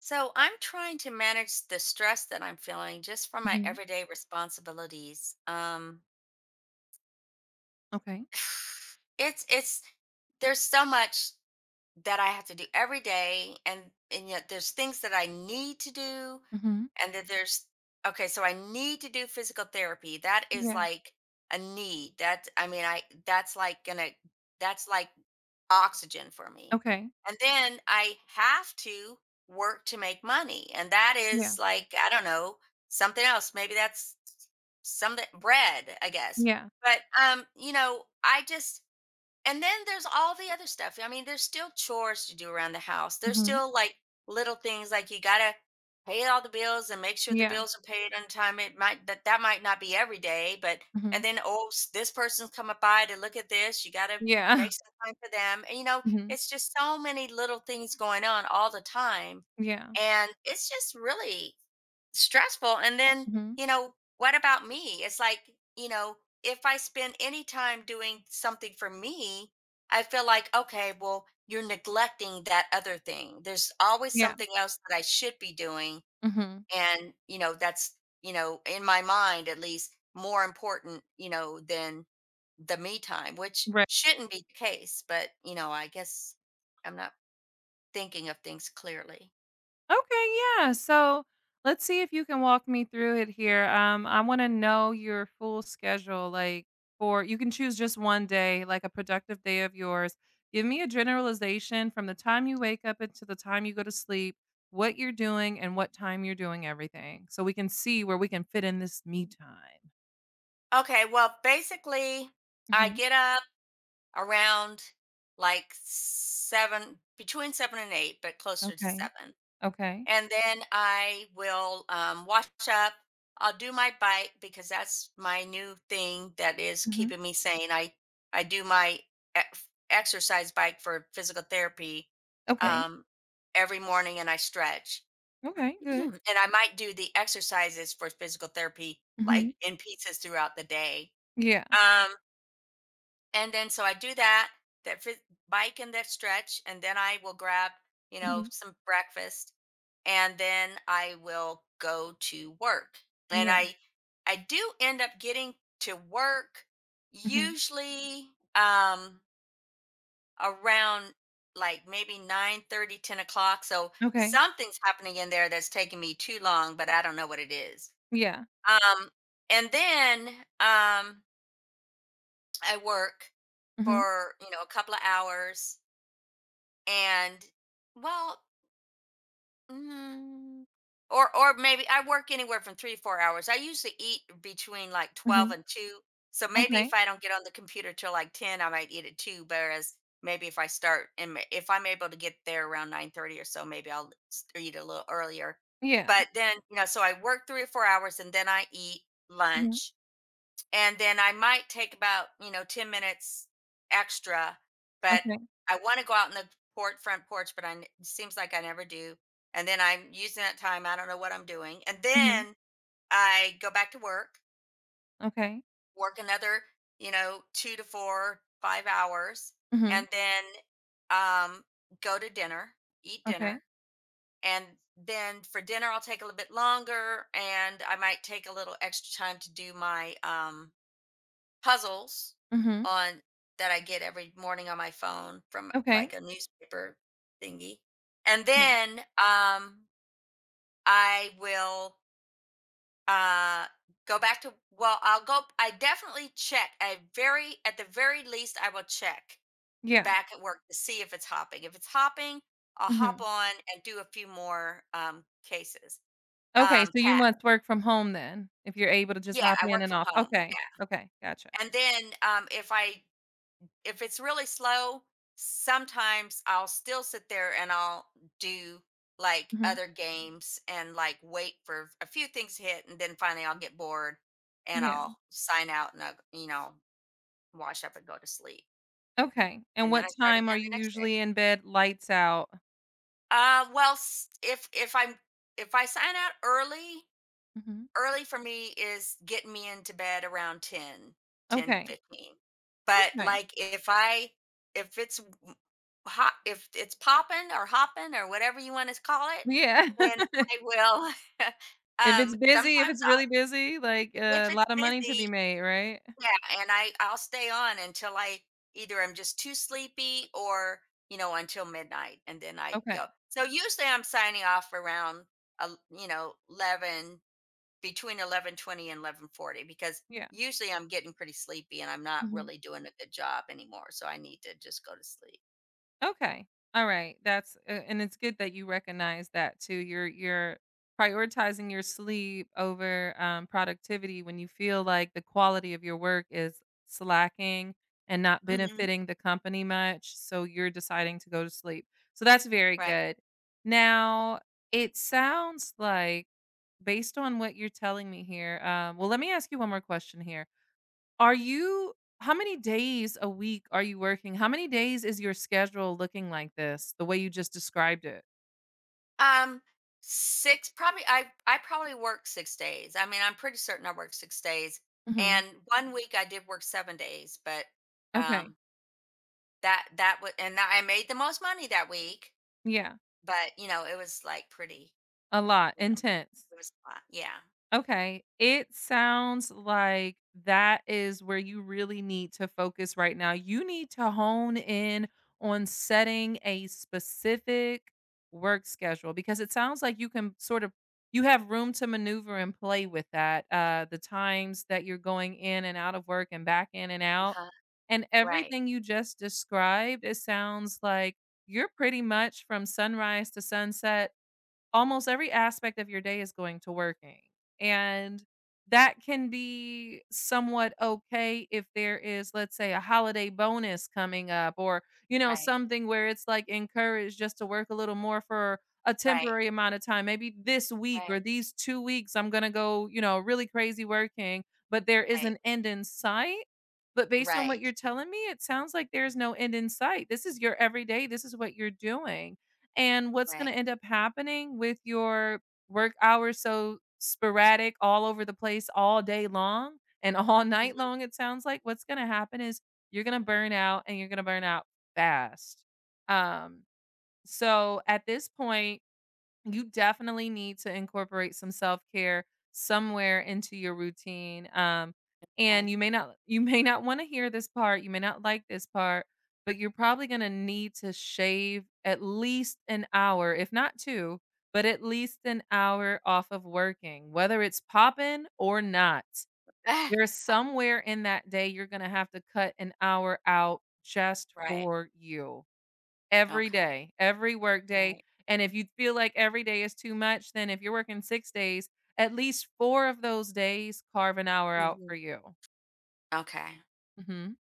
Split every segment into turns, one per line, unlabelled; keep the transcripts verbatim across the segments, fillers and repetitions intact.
So I'm trying to manage the stress that I'm feeling just from my
Mhm.
everyday responsibilities. Um
Okay.
it's it's there's so much that I have to do every day and and yet there's things that I need to do
Mhm.
and that there's okay, so I need to do physical therapy. That is
Yeah.
like a need. That, I mean, I that's like gonna that's like oxygen for me.
Okay.
And then I have to work to make money. And that
Yeah.
is like, I don't know, something else. Maybe that's something bread, I guess.
Yeah.
But um, you know, I just and then there's all the other stuff. I mean, there's still chores to do around the house. There's
Mhm.
still like little things like you gotta pay all the bills and make sure the
Yeah.
bills are paid on time. It might that that might not be every day, but and
Mhm.
then, oh, s- this person's coming by to look at this. You gotta
Yeah.
make some time for them. And you know,
Mhm.
it's just so many little things going on all the time.
Yeah.
And it's just really stressful. And then,
Mhm.
you know what about me? It's like, you know if I spend any time doing something for me, I feel like, okay, well, you're neglecting that other thing. There's always
Yeah.
something else that I should be doing.
Mhm.
And, you know that's, you know in my mind at least more important, you know than the me time, which
Right.
shouldn't be the case. But, you know I guess I'm not thinking of things clearly.
Okay, yeah. So, let's see if you can walk me through it here. Um, I wanna know your full schedule, like, for you can choose just one day, like a productive day of yours. Give me a generalization from the time you wake up until the time you go to sleep, what you're doing and what time you're doing everything, so we can see where we can fit in this me time.
Okay, well, basically, I
Mhm.
get up around like seven between seven and eight, but closer to
Okay.
seven.
Okay.
And then I will, um, wash up. I'll do my bike because that's my new thing that is
Mhm.
keeping me sane. I I do my e exercise bike for physical therapy,
Okay.
um, every morning and I stretch.
Okay, good.
And I might do the exercises for physical therapy,
Mhm.
like, in pieces throughout the day.
Yeah.
Um and then so I do that, that phys- bike and that stretch, and then I will grab, you know,
Mhm.
some breakfast, and then I will go to work. And
Yeah.
I I do end up getting to work
Mhm.
usually um around like maybe nine thirty, ten o'clock, so
Okay.
something's happening in there that's taking me too long, but I don't know what it is.
Yeah.
Um and then um I work
Mhm.
for, you know, a couple of hours and, well, mm, or or maybe I work anywhere from three to four hours. I usually eat between like twelve
Mhm.
and two. So maybe
Okay.
if I don't get on the computer till like ten, I might eat at two, whereas maybe if I start and ma- if I'm able to get there around nine thirty or so, maybe I'll s- eat a little earlier.
Yeah.
But then, you know, so I work three or four hours and then I eat
Mhm.
lunch, and then I might take about, you know, ten minutes extra, but
Okay.
I want to go out in the port front porch, but I n- it seems like I never do. And then I'm using that time, I don't know what I'm doing. And
Mhm.
then I go back to work,
Okay.
work another, you know, two to four, five hours,
Mhm.
and then um go to dinner, eat
Okay.
dinner, and then for dinner I'll take a little bit longer and I might take a little extra time to do my um puzzles
Mhm.
on that I get every morning on my phone from
Okay.
like a newspaper thingy. And
Yeah.
then um I will uh go back to well, I'll go I definitely check. I very At the very least I will check
Yeah.
back at work to see if it's hopping. If it's hopping, I'll hop
Mhm.
on and do a few more um cases.
Okay,
Um
so you
tap.
must work from home then if you're able to just
Yeah,
hop
I
in
work
and
from
off.
home.
Okay.
Yeah.
Okay, gotcha.
And then um if I if it's really slow, sometimes I'll still sit there and I'll do like
Mhm.
other games and, like, wait for a few things to hit and then finally I'll get bored and
Yeah.
I'll sign out and I, you know, wash up and go to sleep.
Okay, and
And then
what
I start
time are
again
you
the next day.
usually in bed? Lights out.
Uh well, s- if if I'm if I sign out early.
Mhm.
Early for me is getting me into bed around ten, ten
Okay.
fifteen. But,
Okay.
like, if I if it's w hot, if it's popping or hopping or whatever you wanna call it,
Yeah.
then I will.
If it's
um,
busy, if
sometimes
it's
I'll
really busy, like,
If
uh, a
it's
lot of money to
busy,
be made, right?
yeah, and I I'll stay on until I either I'm just too sleepy or, you know, until midnight, and then I go.
Okay.
So, usually, I'm signing off around, el you know, eleven, between eleven twenty and eleven forty, because
Yeah.
usually I'm getting pretty sleepy and I'm not
Mhm.
really doing a good job anymore, so I need to just go to sleep.
Okay. Alright, that's a and it's good that you recognize that too. You're you're prioritizing your sleep over, um, productivity when you feel like the quality of your work is slacking and not
Hmm.
benefiting the company much, so you're deciding to go to sleep. So that's very
Right.
good. Now, it sounds like based on what you're telling me here, um, well, let me ask you one more question here. Are you how many days a week are you working? How many days is your schedule looking like this, the way you just described it?
Um, Six probably. I I probably work six days. I mean, I'm pretty certain I work six days.
Mhm.
And one week I did work seven days, but
Okay.
um, that that was and I made the most money that week.
Yeah.
But you know, it was like pretty.
A lot.
You know,
Intense.
it was a lot. Yeah.
Okay. It sounds like that is where you really need to focus right now. You need to hone in on setting a specific work schedule because it sounds like you can sort of you have room to maneuver and play with that uh the times that you're going in and out of work and back in and
Uh
out
huh.
and
Right.
everything you just described it sounds like you're pretty much from sunrise to sunset. Almost every aspect of your day is going to working, and that can be somewhat okay if there is, let's say, a holiday bonus coming up or, you know,
Right.
something where it's, like, encouraged just to work a little more for a
Right.
temporary amount of time. Maybe this week
Right.
or these two weeks, I'm gonna go, you know, really crazy working, but there is
Right.
an end in sight. But based on what you're
Right.
telling me, it sounds like there's no end in sight. This is your everyday, this is what you're doing. And what's gonna
Right.
end up happening with your work hours so sporadic all over the place all day long and all night
Mhm,
long, it sounds like, what's gonna happen is you're gonna burn out and you're gonna burn out fast. Um, so at this point you definitely need to incorporate some self-care somewhere into your routine. Um, and
okay.
you may not you may not want to hear this part, you may not like this part, but you're probably going to need to shave at least an hour, if not two, but at least an hour off of working, whether it's popping or not.
Ah,
There's somewhere in that day you're going to have to cut an hour out just
right.
for you. Every
Okay.
day, every work day,
Right.
and if you feel like every day is too much, then if you're working six days, at least four of those days, carve an hour out
Mhm.
for you.
Okay.
Mhm.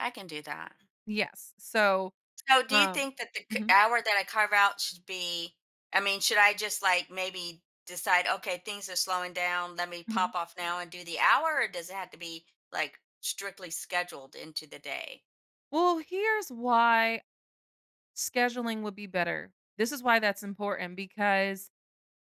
I can do that.
Yes. So,
So, do you
um
think that the c
Mhm,
hour that I carve out should be, I mean, should I just, like, maybe decide, "Okay, things are slowing down, let me
mhm.
pop off now and do the hour," or does it have to be, like, strictly scheduled into the day?
Well, here's why scheduling would be better. This is why that's important because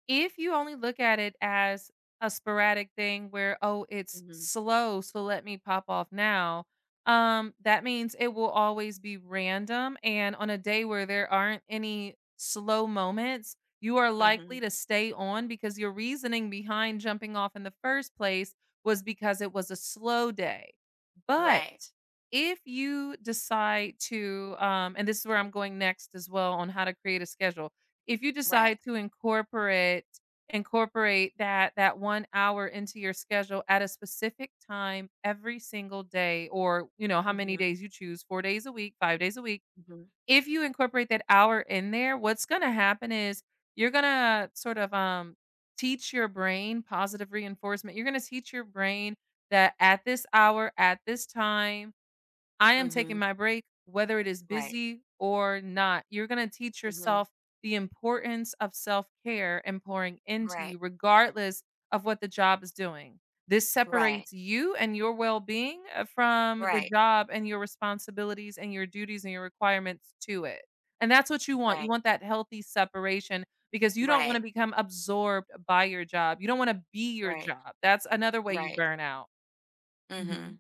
if you only look at it as a sporadic thing where, "Oh, it's
Mhm.
slow, so let me pop off now," um, that means it will always be random, and on a day where there aren't any slow moments, you are
Mhm.
likely to stay on because your reasoning behind jumping off in the first place was because it was a slow day.
Right.
But if you decide to, um and this is where I'm going next as well on how to create a schedule. If you
Right.
decide to incorporate incorporate that that one hour into your schedule at a specific time every single day or, you know, how many
Mhm.
days you choose, four days a week, five days a week.
Mhm.
If you incorporate that hour in there, what's gonna happen is you're gonna sort of, um, teach your brain positive reinforcement. You're gonna teach your brain that at this hour, at this time, I am taking
Mhm.
my break, whether it is
Right.
busy or not. You're going to teach
Mhm.
yourself the importance of self care and pouring into
Right.
you, regardless of what the job is doing. This
Right.
separates you and your well being from the
Right.
job and your responsibilities and your duties and your requirements to it. And that's what you want. You
Right.
want that healthy separation because you don't want to
Right.
become absorbed by your job. You don't want to be your
Right.
job. That's another way you
Right.
burn out. hmm
Mhm.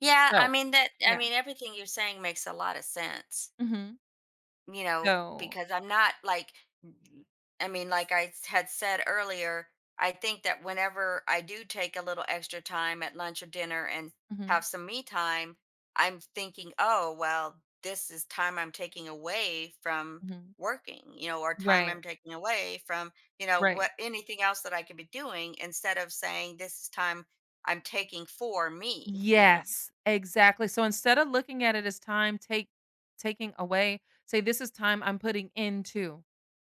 Yeah, I
So,
mean, that I
yeah.
mean everything you're saying makes a lot of sense.
hmm
You know,
So,
because I'm not like, n- I mean, like, I s- had said earlier, I think that whenever I do take a little extra time at lunch or dinner and
Mhm,
have some me time, I'm thinking, "Oh, well, this is time I'm taking away from
mhm.
working, you know, or time
Right,
I'm taking away from, you know, what
right.
anything else that I could be doing instead of saying this is time I'm taking for me, you know."
Yes, exactly. So instead of looking at it as time take taking away, say, "This is time I'm putting into."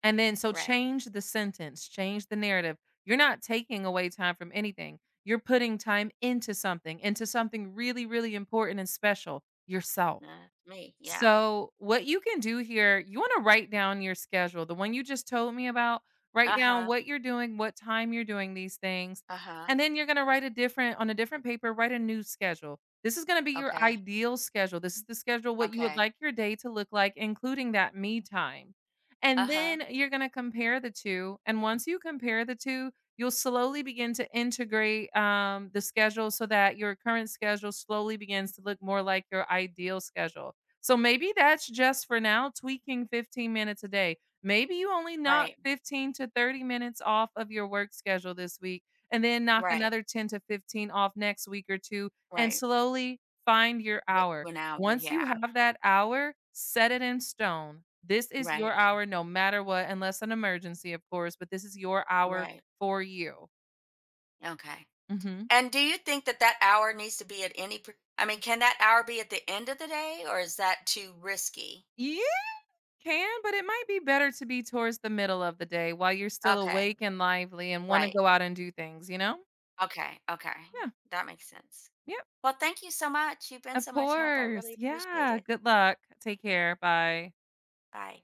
And then so
Right.
change the sentence, change the narrative. You're not taking away time from anything. You're putting time into something, into something really, really important and special, yourself.
That's me, yeah.
So, what you can do here, you wanna write down your schedule, the one you just told me about, write down
Uh-huh,
what you're doing, what time you're doing these things,
uh-huh.
and then you're gonna write a different on a different paper, write a new schedule. This is gonna be your
Okay,
ideal schedule. This is the schedule what you would
okay.
like your day to look like, including that me time. And
Uh-huh.
then you're gonna compare the two, and once you compare the two, you'll slowly begin to integrate, um, the schedule so that your current schedule slowly begins to look more like your ideal schedule. So maybe that's just for now tweaking fifteen minutes a day. Maybe you only knock
Right,
fifteen to thirty minutes off of your work schedule this week and then knock
right,
another ten to fifteen off next week or two and
right.
slowly find your
Get
hour.
to an hour,
Once you
yeah.
have that hour, set it in stone. This is your
Right,
hour no matter what, unless an emergency, of course, but this is your hour
right.
for you.
Okay.
hmm
And do you think that that hour needs to be at any par I mean, can that hour be at the end of the day, or is that too risky?
Yeah. Can, but it might be better to be towards the middle of the day while you're still
Okay,
awake and lively and wanna
right.
go out and do things, you know?
Okay, okay.
Yeah.
That makes sense.
Yep.
Well, thank you so much. You've been
Of
so much help. I
course.
really appreciate
Yeah.
it.
Good luck. Take care. Bye.
Bye.